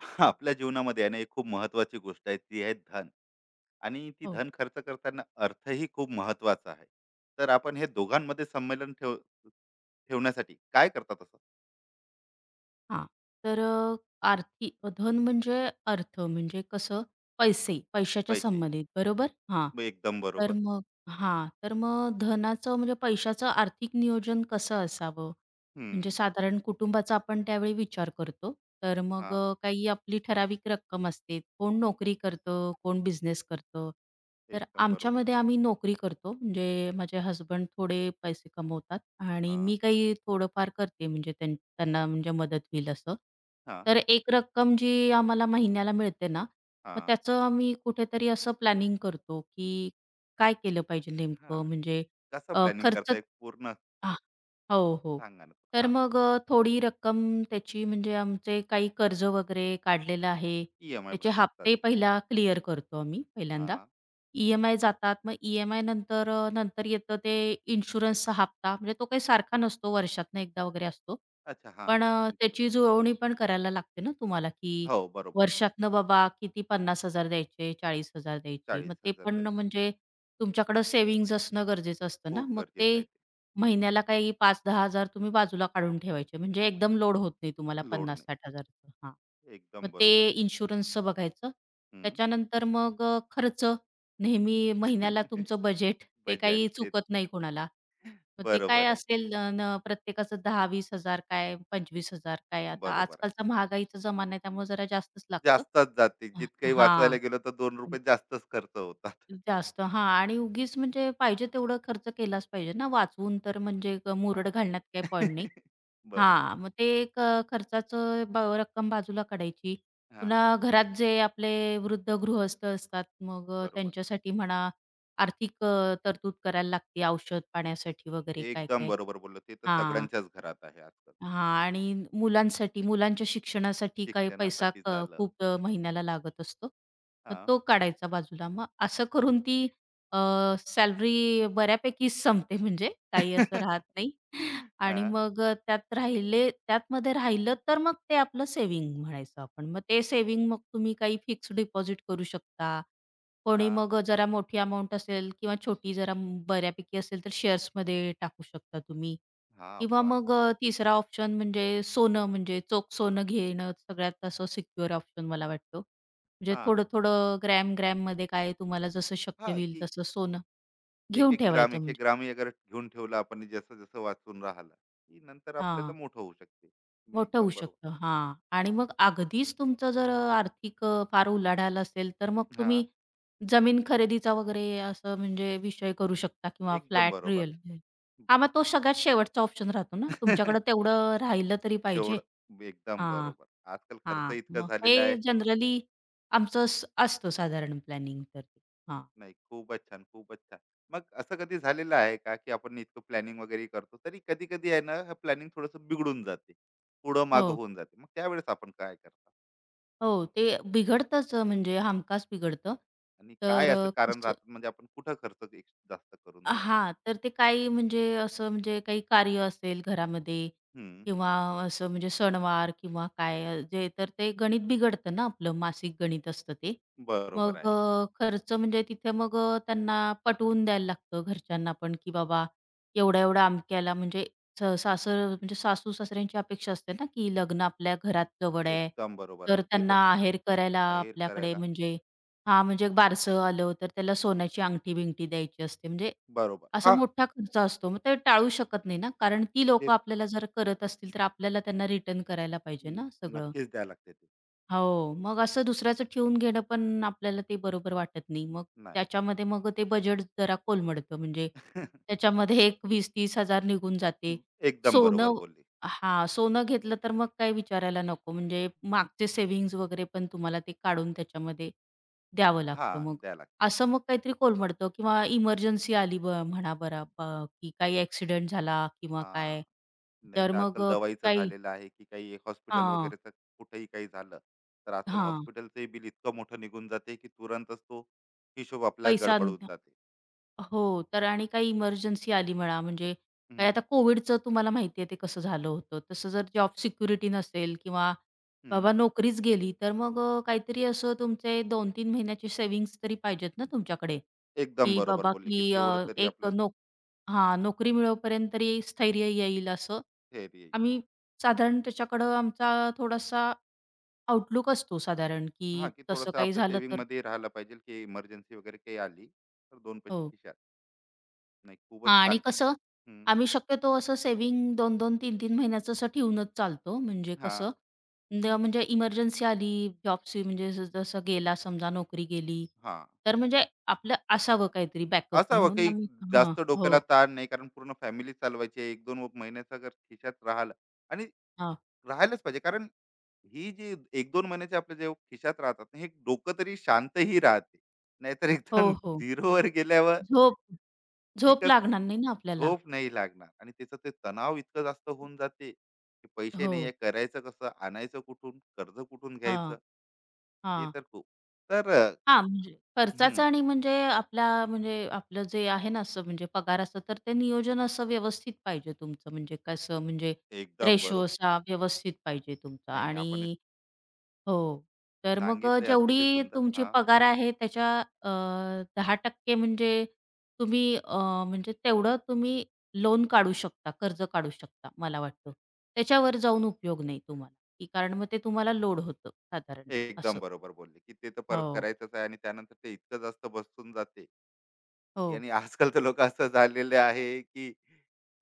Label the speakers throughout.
Speaker 1: आपल्या जीवनामध्ये आहे ना एक खूप महत्वाची गोष्ट आहे, ती आहे धन. आणि ती
Speaker 2: हो.
Speaker 1: धन खर्च करताना अर्थही खूप महत्वाचा आहे. तर आपण हे दोघांमध्ये संमेलन ठेवण्यासाठी काय करतात असं.
Speaker 2: हां. तर आर्थिक धन म्हणजे अर्थ म्हणजे कसं पैसे, पैशाच्या
Speaker 1: पैसे.
Speaker 2: संबंधित बरोबर? हां.
Speaker 1: एकदम
Speaker 2: तर
Speaker 1: बरोबर.
Speaker 2: मग हां. तर मग धनाचं म्हणजे पैशाचं आर्थिक नियोजन कसं असावं? म्हणजे
Speaker 1: हम्म.
Speaker 2: साधारण कुटुंबाचा आपण त्यावेळी विचार करतो. तर
Speaker 1: हा,
Speaker 2: मग काही आपली ठराविक रक्कम असते. कोण नोकरी करतं, कोण बिझनेस करतं. तर
Speaker 1: एकदम बरोबर.
Speaker 2: आमच्यामध्ये आम्ही नोकरी करतो. म्हणजे माझे हस्बंड थोडे पैसे कमवतात आणि
Speaker 1: हा,
Speaker 2: मी काही थोडंफार करते म्हणजे त्यांना म्हणजे मदत होईल असं.
Speaker 1: हा,
Speaker 2: तर एक रक्कम जी आम्हाला महिन्याला मिळते ना, मग
Speaker 1: हा,
Speaker 2: त्याचं आम्ही कुठेतरी असं प्लॅनिंग करतो, की काय केलं पाहिजे
Speaker 1: हा,
Speaker 2: नेमकं म्हणजे
Speaker 1: कसं प्लॅनिंग
Speaker 2: खर्च.
Speaker 1: करताय पूर्ण,
Speaker 2: हो, हो.
Speaker 1: सांगा ना.
Speaker 2: तर
Speaker 1: हा,
Speaker 2: मग थोडी रक्कम त्याची म्हणजे आमचे काही कर्ज वगैरे काढलेलं आहे.
Speaker 1: ई एम आय
Speaker 2: त्याचे
Speaker 1: भरण्यात
Speaker 2: हप्ते
Speaker 1: जाते.
Speaker 2: पहिला क्लिअर करतो आम्ही पहिल्यांदा.
Speaker 1: हा,
Speaker 2: ई-एम-आय जातात. मग ई-एम-आय नंतर नंतर येतं ते इन्शुरन्सचा हप्ता. म्हणजे तो काही सारखा नसतो, वर्षातनं एकदा वगैरे असतो.
Speaker 1: अच्छा, हा,
Speaker 2: पण
Speaker 1: हम्म,
Speaker 2: त्याची जुळवणी पण करायला लागते ना तुम्हाला, की
Speaker 1: हो बरोबर.
Speaker 2: वर्षातनं बाबा किती 50,000 द्यायचे, 40,000 द्यायचे.
Speaker 1: चाळीस
Speaker 2: मग ते
Speaker 1: हजार
Speaker 2: पण
Speaker 1: जायचे.
Speaker 2: म्हणजे तुमच्याकडं सेव्हिंग्ज असणं गरजेचं असतं ना.
Speaker 1: खूप
Speaker 2: मग
Speaker 1: गरजेचं
Speaker 2: ते
Speaker 1: आहे ते.
Speaker 2: महिन्याला काही 5-10,000 तुम्ही बाजूला काढून ठेवायचे. म्हणजे एकदम लोड होत नाही तुम्हाला
Speaker 1: लोड नाही,
Speaker 2: 50,000-60,000चं हां. मग
Speaker 1: एकदम बरोबर.
Speaker 2: ते इन्शुरन्सचं बघायचं.
Speaker 1: हम्म.
Speaker 2: त्याच्यानंतर मग खर्च नेहमी महिन्याला तुमचं बजेट ते
Speaker 1: बजेट
Speaker 2: काही
Speaker 1: ते.
Speaker 2: चुकत नाही कोणाला. मग ते काय
Speaker 1: बरोबर आहे,
Speaker 2: असेल अ, न प्रत्येकाचं 10,000-20,000 काय 25,000 काय आता
Speaker 1: बरोबर आहे.
Speaker 2: आजकालचा महागाईचा जमाना आहे त्यामुळे जरा जास्तच लागतं.
Speaker 1: जास्तच जाते. जितकंही वाचवायला
Speaker 2: हां.
Speaker 1: गेलो तर ₹2 जास्तच खर्च होतात.
Speaker 2: जास्त हां आणि उगीच म्हणजे पाहिजे तेवढं खर्च केलाच पाहिजे ना, वाचवून तर म्हणजे मुरड
Speaker 1: हां.
Speaker 2: घालण्यात काही पॉइंट नाही.
Speaker 1: बरोबर.
Speaker 2: हां, मग ते एक खर्चाचं रक्कम बाजूला काढायची.
Speaker 1: हां,
Speaker 2: पुन्हा घरात जे आपले वृद्ध गृहस्थ असतात, मग
Speaker 1: बरोबर.
Speaker 2: त्यांच्यासाठी म्हणा आर्थिक तरतूद करायला लागते औषध पाण्यासाठी वगैरे
Speaker 1: एकदम
Speaker 2: काय-काय.
Speaker 1: बरोबर बोलला. ते तर
Speaker 2: हां.
Speaker 1: सगळ्यांच्याच घरात आहे आजकाल.
Speaker 2: हां आणि मुलांसाठी, मुलांच्या शिक्षणासाठी काही पैसा
Speaker 1: शिक्षणासाठी झालं.
Speaker 2: खूप महिन्याला लागत असतो. तर
Speaker 1: हां.
Speaker 2: तो काढायचा बाजूला. मग असं करून ती अ, सॅलरी बऱ्यापैकी संपते म्हणजे काही असं राहत नाही. आणि
Speaker 1: हां,
Speaker 2: मग त्यात राहिले त्यातमध्ये राहिलं तर मग ते आपलं सेव्हिंग म्हणायचं आपण. मग ते सेव्हिंग मग तुम्ही काही फिक्स्ड डिपॉझिट करू शकता. कोणी
Speaker 1: हां,
Speaker 2: मग जरा मोठी अमाउंट असेल किंवा छोटी जरा बऱ्यापैकी असेल तर शेअर्समध्ये टाकू शकता तुम्ही.
Speaker 1: हां,
Speaker 2: किंवा
Speaker 1: वाह!
Speaker 2: मग तिसरा ऑप्शन म्हणजे सोनं म्हणजे चोख सोनं घेणं सगळ्यात असं सिक्युअर ऑप्शन मला वाटतो. म्हणजे
Speaker 1: हां,
Speaker 2: थोडं-थोडं ग्रॅम-ग्रॅममध्ये काय तुम्हाला जसं शक्य
Speaker 1: हां,
Speaker 2: होईल
Speaker 1: की
Speaker 2: तसं सोनं घेऊन
Speaker 1: 1-1 ग्राम,
Speaker 2: ठेवायचं
Speaker 1: 1-1
Speaker 2: म्हणजे
Speaker 1: ग्रामही अगर घेऊन ठेवलं आपण जसं-जसं वाचून राहिलं, की नंतर आपल्याला
Speaker 2: हां,
Speaker 1: मोठं होऊ शकते.
Speaker 2: मोठं होऊ
Speaker 1: एकदम बरोबर.
Speaker 2: शकतं. हां आणि मग अगदीच तुमचं जर आर्थिक फार उलाढाल असेल तर मग तुम्ही
Speaker 1: हां,
Speaker 2: जमीन खरेदीचा वगैरे असं म्हणजे विषय करू शकता किंवा
Speaker 1: एकदम
Speaker 2: फ्लॅट
Speaker 1: बरोबर.
Speaker 2: रिअल. हां, मग तो सगळ्यात शेवटचा ऑप्शन राहतो ना. तुमच्याकडं तेवढं राहिलं तरी पाहिजे.
Speaker 1: तेवढं एकदम
Speaker 2: हां.
Speaker 1: बरोबर. आजकाल खर्च
Speaker 2: हां,
Speaker 1: इतका
Speaker 2: मग हे
Speaker 1: झालेला आहे.
Speaker 2: जनरली आमचं असतं साधारण प्लॅनिंग तर. हां.
Speaker 1: नाही, खूपच छान, खूपच छान. मग असं कधी झालेलं आहे का, की आपण इतकं प्लॅनिंग वगैरे करतो, तरी कधी-कधी आहे ना, हे प्लॅनिंग थोडंसं बिघडून जाते. पुढं-मागं
Speaker 2: हो,
Speaker 1: होऊन जाते. मग त्यावेळेस आपण काय करता?
Speaker 2: हो. ते बिघडतंच म्हणजे हमखास बिघडतं.
Speaker 1: आणि काय
Speaker 2: तर
Speaker 1: असं कारण
Speaker 2: कसं
Speaker 1: राहतं, म्हणजे आपण कुठं खर्च एक जास्त करून देतो?
Speaker 2: हां, तर ते काही म्हणजे असं म्हणजे काही कार्य असेल घरामध्ये
Speaker 1: हं,
Speaker 2: किंवा असं म्हणजे सणवार किंवा काय जे तर ते गणित बिघडतं ना आपलं मासिक गणित असतं ते.
Speaker 1: बरोबर
Speaker 2: मग
Speaker 1: आहे.
Speaker 2: खर्च म्हणजे तिथे मग त्यांना पटवून द्यायला लागतं घरच्यांना पण, की बाबा एवढ्या-एवढ्या अमक्याला म्हणजे सासर म्हणजे सासू-सासऱ्यांची अपेक्षा असते ना, की लग्न आपल्या घरात जवळ आहे.
Speaker 1: एकदम बरोबर
Speaker 2: तर
Speaker 1: आहे. ते
Speaker 2: त्यांना
Speaker 1: तर
Speaker 2: आहेर करायला
Speaker 1: आहेर
Speaker 2: आपल्याकडे
Speaker 1: करायला.
Speaker 2: म्हणजे हां, म्हणजे एक बारसं आलं तर त्याला सोन्याची अंगठी-बिंगठी द्यायची असते. म्हणजे
Speaker 1: बरोबर.
Speaker 2: असा
Speaker 1: हां,
Speaker 2: मोठा खर्च असतो. मग ते टाळू शकत नाही ना, कारण ती लोक
Speaker 1: ते
Speaker 2: आपल्याला जर करत असतील, तर आपल्याला त्यांना रिटर्न करायला पाहिजे
Speaker 1: हं,
Speaker 2: ना सगळं.
Speaker 1: नक्कीच द्यावं लागते ते.
Speaker 2: हो, मग असं दुसऱ्याचं ठेवून घेणं पण आपल्याला ते बरोबर वाटत नाही. मग
Speaker 1: नाही.
Speaker 2: त्याच्यामध्ये मग ते बजेट जरा कोलमडतं. म्हणजे त्याच्यामध्ये एक 20,000-30,000 निघून जाते. हो.
Speaker 1: एकदम बरोबर
Speaker 2: सोनं
Speaker 1: बोलली.
Speaker 2: हां, सोनं घेतलं तर मग काही विचारायला नको. म्हणजे मागचे सेव्हिंग्ज वगैरे पण तुम्हाला ते काढून त्याच्यामध्ये द्यावं लागतं
Speaker 1: हां,
Speaker 2: मग.
Speaker 1: द्यावं लागतं.
Speaker 2: असं मग काहीतरी कोलमडतं किंवा इमर्जन्सी आली ब म्हणा बरा ब की काही ॲक्सिडेंट झाला किंवा
Speaker 1: हां.
Speaker 2: काय,
Speaker 1: नाही
Speaker 2: तर
Speaker 1: तर
Speaker 2: मग
Speaker 1: आजकाल दवाईचं
Speaker 2: काही
Speaker 1: झालेलं आहे की काही हॉस्पिटल
Speaker 2: हां,
Speaker 1: वगैरेचं. कुठेही काही झालं तर आजकाल
Speaker 2: हां,
Speaker 1: हॉस्पिटलचंही बिल इतकं मोठं निघून जाते की तुरंतच तो हिशोब आपल्या
Speaker 2: पैसा.
Speaker 1: गडबडून जाते.
Speaker 2: हो, तर आणि काही इमर्जन्सी आली म्हणा, म्हणजे काय
Speaker 1: हम्म,
Speaker 2: आता कोविडचं तुम्हाला माहिती आहे ते कसं झालं होतं. तसं जर जॉब सिक्युरिटी नसेल किंवा
Speaker 1: हम्म.
Speaker 2: बाबा नोकरीच गेली, तर मग काहीतरी असं तुमचे 2-3 महिन्याचे सेव्हिंग्ज तरी पाहिजेत ना तुमच्याकडे,
Speaker 1: एकदम
Speaker 2: की
Speaker 1: बरोबर
Speaker 2: बाबा
Speaker 1: बोलले
Speaker 2: की
Speaker 1: की तेवढं तरी
Speaker 2: एक
Speaker 1: आपलं.
Speaker 2: हां, नोकरी मिळेपर्यंत तरी स्थैर्य येईल असं.
Speaker 1: थेअरी येईल.
Speaker 2: आम्ही साधारण त्याच्याकडं आमचा थोडासा आउटलूक असतो साधारण, की
Speaker 1: हा, की
Speaker 2: तसं
Speaker 1: थोडंसं
Speaker 2: काही
Speaker 1: आपल्या
Speaker 2: झालं
Speaker 1: सेव्हिंग
Speaker 2: तर
Speaker 1: मध्ये राहायला पाहिजे की इमर्जन्सी वगैरे काही आली तर दोन पैसे
Speaker 2: हो.
Speaker 1: खिशात. नाही खूपच
Speaker 2: हां आणि कसं
Speaker 1: हम्म,
Speaker 2: आम्ही शक्यतो असं सेव्हिंग 2-2, तीन 3 महिन्याचं असं ठेवूनच चालतो. म्हणजे
Speaker 1: हा,
Speaker 2: कसं म्हणजे इमर्जन्सी आली जॉबची म्हणजे जसं गेला समजा नोकरी गेली,
Speaker 1: हा,
Speaker 2: तर म्हणजे आपलं असावं काहीतरी बॅकअप
Speaker 1: असावं
Speaker 2: म्हणून
Speaker 1: काही
Speaker 2: आम्ही हां.
Speaker 1: जास्त डोक्याला
Speaker 2: हो.
Speaker 1: ताण नाही कारण पूर्ण फॅमिली चालवायची आहे. एक दोन महिन्याचा जर खिशात राहिला आणि
Speaker 2: हां.
Speaker 1: राहायलाच पाहिजे, कारण ही जी 1-2 महिन्याचे आपल्या जे खिशात राहतात ना, हे डोकं तरी शांतही राहते. नाहीतर एकदम
Speaker 2: हो, हो.
Speaker 1: झिरोवर गेल्यावर
Speaker 2: झोप
Speaker 1: की
Speaker 2: झोप लागणार नाही ना
Speaker 1: कसं
Speaker 2: आपल्याला.
Speaker 1: झोप नाही लागणार, आणि त्याचं ते तणाव इतकं जास्त होऊन जाते, की पैसे
Speaker 2: हो.
Speaker 1: नाही आहे, करायचं कसं? आणायचं कुठून? कर्ज कुठून
Speaker 2: हां,
Speaker 1: घ्यायचं? ते
Speaker 2: हां.
Speaker 1: तर खूप. तर अ,
Speaker 2: हां, म्हणजे
Speaker 1: हं,
Speaker 2: खर्चाचं आणि म्हणजे आपला म्हणजे आपलं जे आहे ना, असं म्हणजे पगाराचं, तर ते नियोजन असं व्यवस्थित पाहिजे तुमचं म्हणजे कसं म्हणजे
Speaker 1: एकदम
Speaker 2: रेशो
Speaker 1: बरोबर.
Speaker 2: असा व्यवस्थित पाहिजे तुमचा
Speaker 1: नाही, नाही, आपण हे
Speaker 2: आणि हो. तर मग
Speaker 1: सांगितलंय अतिशय
Speaker 2: जेवढी
Speaker 1: सुंदर.
Speaker 2: तुमची
Speaker 1: हां,
Speaker 2: पगार आहे त्याच्या अ, 10% म्हणजे तुम्ही म्हणजे तेवढं तुम्ही लोन काढू शकता, कर्ज काढू शकता मला वाटतं. त्याच्यावर जाऊन उपयोग नाही तुम्हाला, की कारण मग ते तुम्हाला लोड होतं साधारण
Speaker 1: एकदम
Speaker 2: असं.
Speaker 1: बरोबर बोलले, की ते तर परत
Speaker 2: हो,
Speaker 1: करायचंच आहे आणि त्यानंतर ते इतकं जास्त बसून जाते.
Speaker 2: हो.
Speaker 1: आणि आजकाल तर लोक असं झालेले आहे की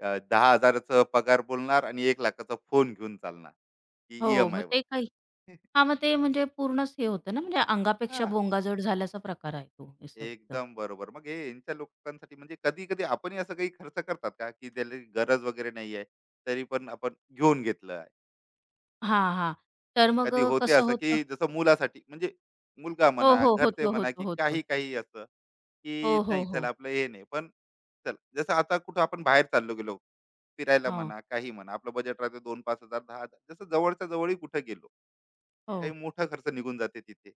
Speaker 1: 10,000चा पगार बोलणार आणि 1,00,000चा फोन घेऊन चालणार, की
Speaker 2: हो, मग
Speaker 1: ई-एम-आयवर.
Speaker 2: ते काही
Speaker 1: हां,
Speaker 2: हां, मग ते म्हणजे पूर्णच हे होतं ना, म्हणजे अंगापेक्षा बोंगा जड झाल्याचा प्रकार आहे तो असं एकदम.
Speaker 1: एकदम बरोबर. मग हे यांच्या लोकांसाठी म्हणजे कधी-कधी आपणही असं काही खर्च करतात का, की ज्याला गरज वगैरे नाहीये, तरी पण आपण घेऊन घेतलं.
Speaker 2: हां, हां. तर मग
Speaker 1: कधी होते
Speaker 2: कसं
Speaker 1: असं
Speaker 2: होतं
Speaker 1: की जसं मुलासाठी म्हणजे, मुलगा
Speaker 2: हो,
Speaker 1: म्हणा
Speaker 2: हो.
Speaker 1: घरचे
Speaker 2: होतो,
Speaker 1: म्हणा
Speaker 2: होतो,
Speaker 1: की
Speaker 2: होतो.
Speaker 1: काही काही असं, की
Speaker 2: हो, हो,
Speaker 1: नाही
Speaker 2: हो.
Speaker 1: चला आपलं हे नाही पण, चल जसं आता कुठं आपण बाहेर चाललो गेलो फिरायला
Speaker 2: हां,
Speaker 1: म्हणा काही म्हणा, आपलं बजेट राहते 2-5 हजार 10,000, जसं जवळच्या जवळही कुठं गेलो काही
Speaker 2: हो.
Speaker 1: मोठा खर्च निघून जाते तिथे.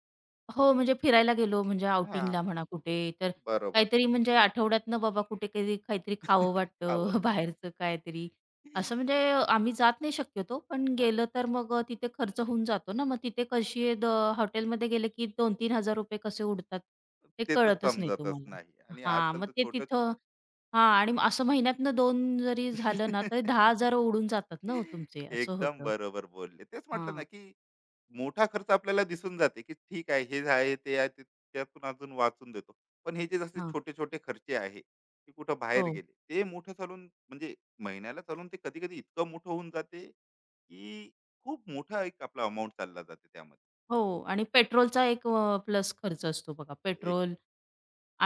Speaker 2: हो, म्हणजे फिरायला गेलो म्हणजे
Speaker 1: हा,
Speaker 2: आउटिंगला म्हणा कुठे, तर
Speaker 1: बरोबर.
Speaker 2: काहीतरी म्हणजे आठवड्यातनं बाबा कुठे कधी काहीतरी खावं
Speaker 1: खावं.
Speaker 2: वाटतं बाहेरचं काहीतरी. असं म्हणजे आम्ही जात नाही शक्यतो, पण
Speaker 1: हा,
Speaker 2: गेलं तर मग तिथे खर्च होऊन जातो ना. मग तिथे कशी हॉटेलमध्ये गेले की 2-3 हजार रुपये कसे उडतात ते
Speaker 1: ते तर
Speaker 2: कळतच नाही
Speaker 1: समजतच
Speaker 2: तुम्हाला.
Speaker 1: नाही आणि
Speaker 2: हां,
Speaker 1: आजकाल
Speaker 2: मग
Speaker 1: तर
Speaker 2: ते तिथं हां आणि मग असं महिन्यातनं 2 जरी झालं ना, तरी 10 हजार उडून जातात ना हो तुमचे, असं
Speaker 1: एकदम
Speaker 2: होतं.
Speaker 1: बरोबर बोलले, तेच म्हटलं ना
Speaker 2: हां,
Speaker 1: की मोठा खर्च आपल्याला दिसून जाते की ठीक आहे हे आहे ते आहे ते- त्यातून अजून वाचून देतो. पण हे जे जसे
Speaker 2: हां.
Speaker 1: छोटे छोटे खर्चे आहे की कुठं बाहेर
Speaker 2: हो.
Speaker 1: गेले ते मोठं चालून म्हणजे महिन्याला चालून ते कधी कधी इतकं मोठं होऊन जाते की खूप मोठा एक आपला अमाऊंट चालला जाते त्यामध्ये.
Speaker 2: हो आणि पेट्रोलचा एक प्लस खर्च असतो बघा.
Speaker 1: एक.
Speaker 2: पेट्रोल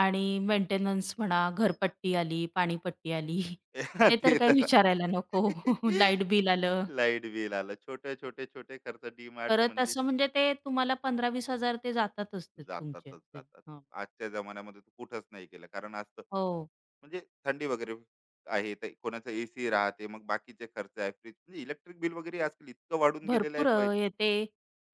Speaker 2: आणि मेंटेनन्स म्हणा, घरपट्टी आली, पाणीपट्टी आली. ते तर
Speaker 1: ते
Speaker 2: काही
Speaker 1: तर
Speaker 2: विचारायला नको.
Speaker 1: आहे.
Speaker 2: लाईट बिल आलं.
Speaker 1: लाईट बिल आलं, छोटे छोटे छोटे खर्च, डीमार्ट
Speaker 2: परत
Speaker 1: म्हणजे
Speaker 2: असं म्हणजे ते तुम्हाला 15,000-20,000 ते जातातच ते तुमचे
Speaker 1: जातातच
Speaker 2: ते.
Speaker 1: जातात.
Speaker 2: हां.
Speaker 1: आजच्या जमान्यामध्ये तू कुठंच नाही केलं कारण आज
Speaker 2: हो.
Speaker 1: म्हणजे थंडी वगैरे आहे तर कोणाचं एसी राहते, मग बाकीचे खर्च आहे फ्रीज म्हणजे इलेक्ट्रिक बिल वगैरे आजकाल इतकं वाढून गेलेलं आहे
Speaker 2: भरपूर येते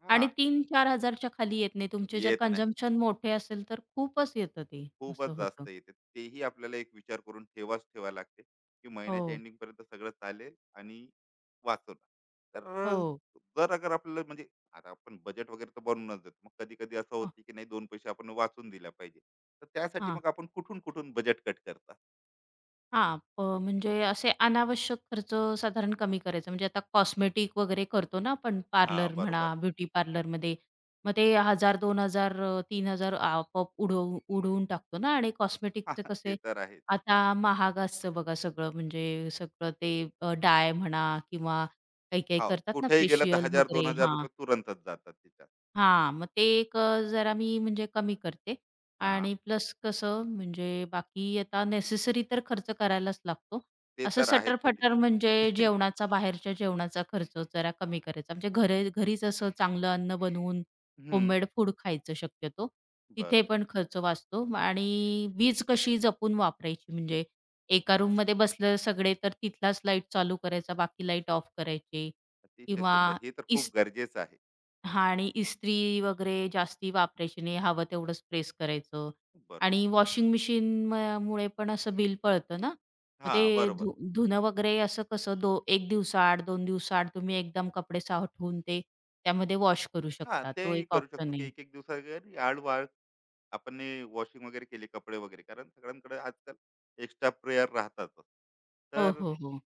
Speaker 1: हा,
Speaker 2: आणि 3,000-4,000 च्या खाली येत नाही. तुमचे जर
Speaker 1: येत नाही,
Speaker 2: कंझम्पशन मोठे असेल तर खूपच येतं ते.
Speaker 1: खूपच
Speaker 2: असं होतं.
Speaker 1: जास्त येते, तेही आपल्याला एक विचार करून ठेवाच ठेवा लागते की महिन्याच्या
Speaker 2: हो.
Speaker 1: एंडिंग पर्यंत सगळं चालेल आणि वाचून तर,
Speaker 2: हो.
Speaker 1: जर अगर आपल्याला म्हणजे, आता आपण बजेट वगैरे तर बनवूनच देतो, मग कधी कधी असं
Speaker 2: अ,
Speaker 1: होते की नाही दोन पैसे आपण वाचून दिल्या पाहिजे, तर त्यासाठी
Speaker 2: हां.
Speaker 1: मग आपण कुठून कुठून बजेट कट करता.
Speaker 2: हां, म्हणजे असे अनावश्यक खर्च साधारण कमी करायचा. म्हणजे आता कॉस्मेटिक वगैरे करतो ना आपण
Speaker 1: हा,
Speaker 2: पार्लर म्हणा,
Speaker 1: बरोबर.
Speaker 2: ब्युटी पार्लरमध्ये. मग ते 1000, 2000 3000 आपोआप उडवून टाकतो ना आणि
Speaker 1: हा,
Speaker 2: कॉस्मेटिकचे
Speaker 1: ते
Speaker 2: कसे
Speaker 1: तर आहे.
Speaker 2: आता महाग असतं बघा सगळं. म्हणजे सगळं ते डाय म्हणा किंवा काही-काही
Speaker 1: हो,
Speaker 2: करतात ना
Speaker 1: कुठेही गेलं तर
Speaker 2: फेशियल
Speaker 1: हजार
Speaker 2: वगैरे.
Speaker 1: 2000
Speaker 2: हां.
Speaker 1: तुरंतच जातात तिच्यात.
Speaker 2: हां, मग ते एक जरा मी म्हणजे कमी करते
Speaker 1: हां,
Speaker 2: आणि प्लस कसं म्हणजे बाकी आता नेसेसरी तर खर्च करायलाच लागतो.
Speaker 1: ते
Speaker 2: असं
Speaker 1: तर आहे
Speaker 2: सटर-फटर
Speaker 1: छोटी-छोटी.
Speaker 2: म्हणजे जेवणाचा, बाहेरच्या जेवणाचा खर्च जरा कमी करायचा. म्हणजे घरी घरीच असं चांगलं अन्न बनवून
Speaker 1: हं,
Speaker 2: होममेड फूड खायचं शक्यतो. तिथे
Speaker 1: बरोबर.
Speaker 2: पण खर्च वाचतो आणि वीज कशी जपून वापरायची म्हणजे एका
Speaker 1: हां,
Speaker 2: रूममध्ये बसलं सगळे तर तिथलाच लाईट चालू करायचा, बाकी लाईट ऑफ करायची
Speaker 1: अतिशय
Speaker 2: किंवा
Speaker 1: सुंदर. हे तर खूप गरजेचं आहे.
Speaker 2: हां आणि इस्त्री वगैरे जास्ती वापरायची नाही. हवं तेवढंच प्रेस करायचं
Speaker 1: बरोबर.
Speaker 2: आणि वॉशिंग मशीन मुळे पण असं बिल पळतं ना. मग
Speaker 1: हां,
Speaker 2: ते
Speaker 1: बरोबर.
Speaker 2: धुणं वगैरे असं कसं 1 दिवसाआड, 2 दिवसाआड तुम्ही एकदम कपडे साठवून ते त्यामध्ये वॉश करू
Speaker 1: हां,
Speaker 2: शकता. तो
Speaker 1: तेही
Speaker 2: एक
Speaker 1: करू शकतो
Speaker 2: ऑप्शन
Speaker 1: की
Speaker 2: आहे.
Speaker 1: एक-एक दिवसासाठी आळवाळ आपण हे वॉशिंग वगैरे केली कपडे वगैरे. कारण सगळ्यांकडे आजकाल एक्स्ट्रा प्रेयर राहतातच.
Speaker 2: हो,
Speaker 1: तर
Speaker 2: हो, हो.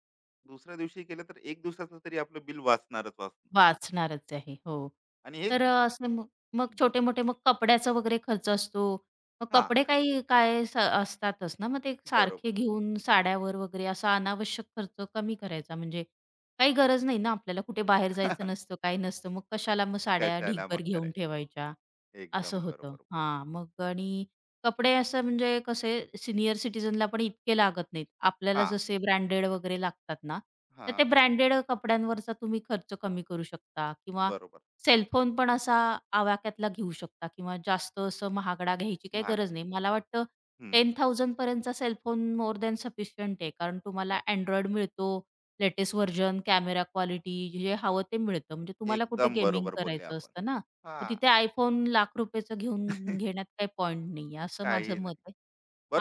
Speaker 1: दुसऱ्या दिवशी केलं तर 1 दिवसाचं तरी आपलं बिल वाचणारच वाचणार.
Speaker 2: वाचणारच आहे. हो.
Speaker 1: आणि हे
Speaker 2: तर असे मग मग
Speaker 1: बोला.
Speaker 2: छोटे-मोठे मग कपड्याचा वगैरे खर्च असतो. मग
Speaker 1: हां,
Speaker 2: कपडे काही काय असतातच ना, मग ते
Speaker 1: बरोबर.
Speaker 2: सारखे घेऊन साड्यावर वगैरे असा अनावश्यक खर्च कमी करायचा. म्हणजे काही गरज नाही ना आपल्याला कुठे बाहेर जायचं नसतं, काही नसतं. मग कशाला मग साड्या
Speaker 1: कशाला मग
Speaker 2: ढीगभर घेऊन
Speaker 1: करायचं.
Speaker 2: ठेवायच्या, असं
Speaker 1: एकदम
Speaker 2: होतं.
Speaker 1: बरोबर बोल.
Speaker 2: हां, मग आणि कपडे असं म्हणजे कसे सीनियर सिटीझनला पण इतके लागत नाहीत. आपल्याला
Speaker 1: हा,
Speaker 2: जसे ब्रँडेड वगैरे लागतात ना,
Speaker 1: हा,
Speaker 2: तर ते ब्रँडेड कपड्यांवरचा तुम्ही खर्च कमी करू शकता किंवा
Speaker 1: बरोबर.
Speaker 2: सेलफोन पण असा आवाक्यातला घेऊ शकता किंवा जास्त असं महागडा घ्यायची काही
Speaker 1: महाग.
Speaker 2: गरज नाही. मला वाटतं
Speaker 1: हम्म.
Speaker 2: 10,000 पर्यंतचा सेलफोन मोर दॅन सफिशियंट आहे. कारण तुम्हाला
Speaker 1: हो,
Speaker 2: Android मिळतो, लेटेस्ट व्हर्जन, कॅमेरा क्वालिटी जे हवं ते मिळतं. म्हणजे तुम्हाला कुठे
Speaker 1: एकदम
Speaker 2: गेमिंग
Speaker 1: बरोबर बोलले
Speaker 2: करायचं
Speaker 1: आपण.
Speaker 2: असतं ना,
Speaker 1: हा.
Speaker 2: मग तिथे iPhone लाख रुपयेचं घेऊन घेण्यात काही पॉइंट नाहीये, असं
Speaker 1: काही
Speaker 2: माझं मत
Speaker 1: नाही.
Speaker 2: आहे.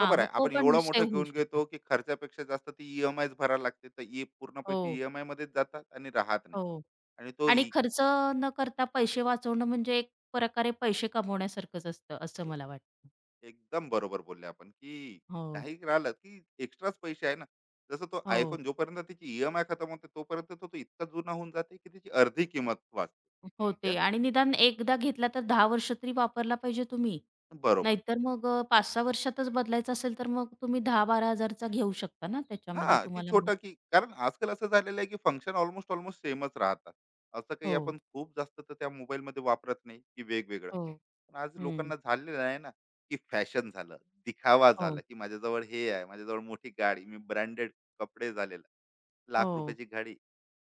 Speaker 2: हां, मग
Speaker 1: आहे,
Speaker 2: तो
Speaker 1: आपण
Speaker 2: पण
Speaker 1: एवढं मोठं
Speaker 2: सेव्ह होऊ
Speaker 1: घेऊन
Speaker 2: शकतो.
Speaker 1: घेतो की खर्चापेक्षा जास्त ती ईएमआय भरायला लागते, तर ई पूर्ण
Speaker 2: हो,
Speaker 1: पैसे ईएमआय मध्येच जातात आणि राहत नाही.
Speaker 2: हो.
Speaker 1: आणि तो
Speaker 2: आणि खर्च न करता पैसे वाचवणं म्हणजे एक प्रकारे पैसे कमवण्यासारखंच असतं, असं मला वाटतं.
Speaker 1: एकदम बरोबर बोलले आपण की
Speaker 2: हो,
Speaker 1: काही राहिलं की एक्स्ट्राच पैसे आहे ना. जसं तो
Speaker 2: हो.
Speaker 1: आयफोन जोपर्यंत त्याची ईएमआय खतम होते तोपर्यंत तो तो इतका जुना होऊन जाते की त्याची अर्धी किंमत वाचते.
Speaker 2: हो ते
Speaker 1: त्यात
Speaker 2: आणि निदान एकदा घेतला तर 10 वर्ष तरी वापरला पाहिजे तुम्ही.
Speaker 1: बरोबर.
Speaker 2: नाहीतर मग 5-6 वर्षातच बदलायचं असेल, तर मग तुम्ही 10,000-12,000 चा घेऊ शकता ना त्याच्यामध्ये
Speaker 1: हां, की
Speaker 2: तुम्हाला मग
Speaker 1: छोटा, की कारण आजकाल असं झालेलं आहे की फंक्शन ऑलमोस्ट ऑलमोस्ट सेमच राहतात. असं काही
Speaker 2: हो,
Speaker 1: आपण खूप जास्त तर त्या मोबाईलमध्ये वापरत नाही, की वेगवेगळं.
Speaker 2: हो.
Speaker 1: पण आज
Speaker 2: हं.
Speaker 1: लोकांना झालेलं आहे ना, की फॅशन झालं, दिखावा
Speaker 2: हो,
Speaker 1: झाला, की माझ्याजवळ हे आहे, माझ्याजवळ मोठी गाडी, मी ब्रँडेड कपडे झालेला, लाख
Speaker 2: हो.
Speaker 1: रुपयाची गाडी.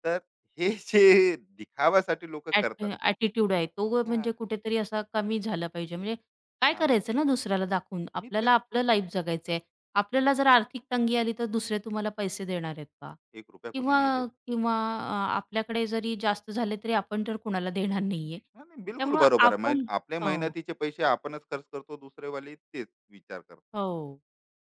Speaker 1: तर हे जे दिखाव्यासाठी लोकं
Speaker 2: ॲट
Speaker 1: करतात.
Speaker 2: ॲटिट्यूड आहे. तो
Speaker 1: हां,
Speaker 2: म्हणजे कुठेतरी असा कमी झाला पाहिजे. म्हणजे काय
Speaker 1: हां, मी ते
Speaker 2: करायचं ना दुसऱ्याला दाखवून?
Speaker 1: मी
Speaker 2: आपल्याला
Speaker 1: तेच.
Speaker 2: आपलं लाईफ जगायचं आहे. आपल्याला जर आर्थिक तंगी आली, तर दुसरे तुम्हाला पैसे देणार आहेत का?
Speaker 1: ₹1 कोणी
Speaker 2: किंवा
Speaker 1: नाही देत.
Speaker 2: किंवा आपल्याकडे जरी जास्त झाले, तरी आपण तर कुणाला देणार नाहीये.
Speaker 1: हां, नाही बिलकुल
Speaker 2: त्यामुळं
Speaker 1: बरोबर आहे. मग
Speaker 2: आपण
Speaker 1: आपल्या
Speaker 2: हो.
Speaker 1: मेहनतीचे पैसे आपणच खर्च करतो, दुसरेवाले तेच विचार करतात.
Speaker 2: हो.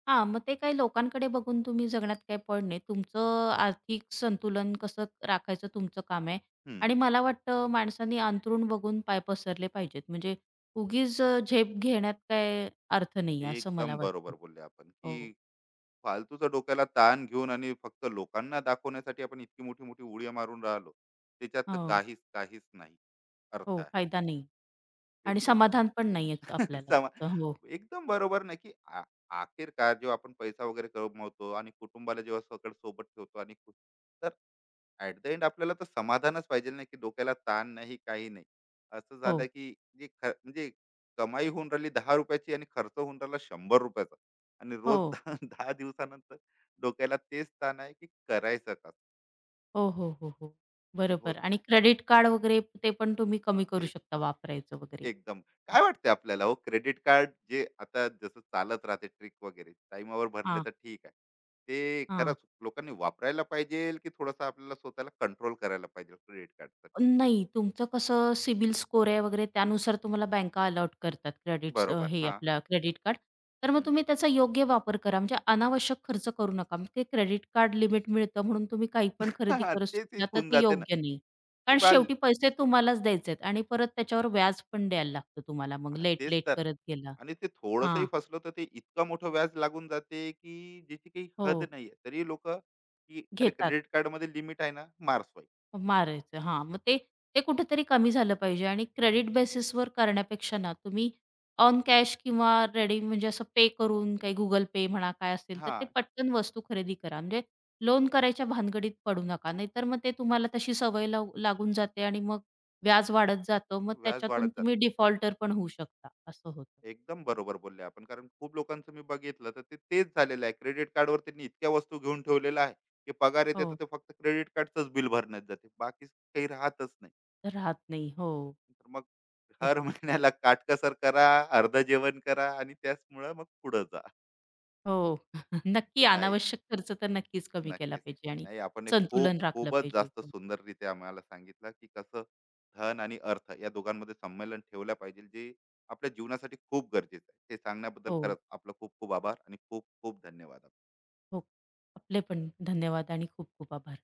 Speaker 2: हां, मग ते काही लोकांकडे बघून तुम्ही जगण्यात काही पड नाही. तुमचं आर्थिक संतुलन कसं राखायचं तुमचं काम आहे
Speaker 1: हं.
Speaker 2: आणि मला वाटतं माणसांनी अंथरूण बघून पाय पसरले पाहिजेत. म्हणजे उगीच झेप घेण्यात काय अर्थ नाही असं मला
Speaker 1: एकदम
Speaker 2: वाटतं.
Speaker 1: बरोबर बोलले आपण की
Speaker 2: हो,
Speaker 1: फालतूचा डोक्याला ताण घेऊन आणि फक्त लोकांना दाखवण्यासाठी आपण इतकी मोठी मोठी उडी मारून राहिलो, त्याच्यात तर
Speaker 2: हो,
Speaker 1: काहीच काहीच नाही अर्थ
Speaker 2: हो.
Speaker 1: आहे.
Speaker 2: फायदा नाही आणि
Speaker 1: बिलकुल
Speaker 2: समाधान पण नाहीयेच आपल्याला.
Speaker 1: समा
Speaker 2: हो, हो,
Speaker 1: एकदम बरोबर ना की आ- आखिरकार जेव्हा आपण पैसा वगैरे कमवतो आणि कुटुंबाला जेव्हा सगळं सोबत ठेवतो आणि तर ऍट द एंड आपल्याला तर समाधानच पाहिजे ना की डोक्याला ताण नाही काही नाही, असं
Speaker 2: हो.
Speaker 1: झालं की जे म्हणजे कमाई होऊन राहिली 10 रुपयाची आणि खर्च होऊन राहिला 100 रुपयाचा, आणि रोज दहा 10 दिवसानंतर डोक्याला तेच ताण आहे की करायचं का.
Speaker 2: हो, हो, हो, हो.
Speaker 1: आणि हो
Speaker 2: बरोबर आणि क्रेडिट कार्ड वगैरे ते पण तुम्ही कमी करू
Speaker 1: ते
Speaker 2: शकता वापरायचं वगैरे.
Speaker 1: एकदम काय वाटते आपल्याला, हो क्रेडिट कार्ड जे आता जसं चालत राहते ट्रिक वगैरे टाइमावर भरले
Speaker 2: हां,
Speaker 1: तर ठीक आहे. ते
Speaker 2: हां.
Speaker 1: खरंच लोकांनी वापरायला पाहिजे की थोडंसं आपल्याला स्वतःला कंट्रोल करायला पाहिजे क्रेडिट कार्डसाठी.
Speaker 2: नाही, तुमचं कसं सिबिल स्कोर आहे वगैरे त्यानुसार तुम्हाला बँका अलॉट करतात क्रेडिट्स
Speaker 1: बरोबर,
Speaker 2: हे
Speaker 1: हा.
Speaker 2: आपलं क्रेडिट कार्ड. तर मग
Speaker 1: हम्म.
Speaker 2: तुम्ही त्याचा योग्य वापर करा. म्हणजे अनावश्यक खर्च करू नका. मग ते क्रेडिट कार्ड लिमिट मिळतं म्हणून तुम्ही काही पण खरेदी करत
Speaker 1: तेच
Speaker 2: सुटला
Speaker 1: एक
Speaker 2: तर
Speaker 1: होऊन
Speaker 2: ते
Speaker 1: जाते ना,
Speaker 2: योग्य
Speaker 1: की
Speaker 2: नाही. कारण शेवटी पैसे तुम्हालाच द्यायचे आहेत आणि परत त्याच्यावर व्याज पण द्यायला लागतं तुम्हाला मग
Speaker 1: हां,
Speaker 2: लेट,
Speaker 1: तेच
Speaker 2: लेट
Speaker 1: तर. आहे.
Speaker 2: करत गेला.
Speaker 1: आणि ते थोडंसंही
Speaker 2: हां,
Speaker 1: फसलं तर ते इतकं मोठं व्याज लागून जाते, की ज्याची काही हद
Speaker 2: हो,
Speaker 1: नाहीये. तरी लोकं, की "अरे
Speaker 2: घेतात.
Speaker 1: क्रेडिट कार्डमध्ये लिमिट आहे ना, मार्सवाई."
Speaker 2: मारायचं. हां, मग ते ते कुठेतरी कमी झालं पाहिजे आणि क्रेडिट बेसिसवर करण्यापेक्षा ना, तुम्ही ऑन कॅश किंवा रेडी म्हणजे असं पे करून काही Google पे म्हणा काय असेल, तर ते
Speaker 1: हां,
Speaker 2: पटकन वस्तू खरेदी करा. म्हणजे लोन करायच्या भानगडीत पडू नका. नाहीतर मग ते तुम्हाला तशी सवय लावू लागून जाते आणि मग व्याज वाढत जातं. मग
Speaker 1: व्याज
Speaker 2: त्याच्यातून
Speaker 1: वाढत जातं.
Speaker 2: तुम्ही डिफॉल्टर पण होऊ शकता. असं होतं.
Speaker 1: एकदम बरोबर बोलले आपण. कारण खूप लोकांचं मी बघितलं तर ते तेच झालेलं आहे. क्रेडिट कार्डवर त्यांनी इतक्या वस्तू घेऊन ठेवलेल्या आहे, की पगार येते तर
Speaker 2: हो,
Speaker 1: ते फक्त क्रेडिट कार्डचंच बिल भरण्यात जाते. बाकी काही राहतच नाही.
Speaker 2: राहत नाही. हो.
Speaker 1: तर मग हर महिन्याला काटकसर करा, अर्धं जेवण करा आणि त्याचमुळं मग पुढं जा.
Speaker 2: हो. नक्की
Speaker 1: नाही,
Speaker 2: अनावश्यक खर्च तर नक्कीच कमी केला
Speaker 1: नक्कीच.
Speaker 2: पाहिजे
Speaker 1: नाही,
Speaker 2: आणि
Speaker 1: नाही, आपण हे खूप,
Speaker 2: संतुलन राखलं
Speaker 1: खूपच
Speaker 2: पाहिजे.
Speaker 1: जास्त सुंदररीत्या आम्हाला सांगितलं, की कसं धन आणि अर्थ या दोघांमध्ये संमेलन ठेवलं पाहिजे, जे आपल्या जीवनासाठी खूप गरजेचं आहे. हे सांगण्याबद्दल
Speaker 2: हो.
Speaker 1: खरंच आपलं खूप खूप आभार आणि खूप खूप धन्यवाद.
Speaker 2: हो. आपले पण धन्यवाद आणि खूप खूप आभार.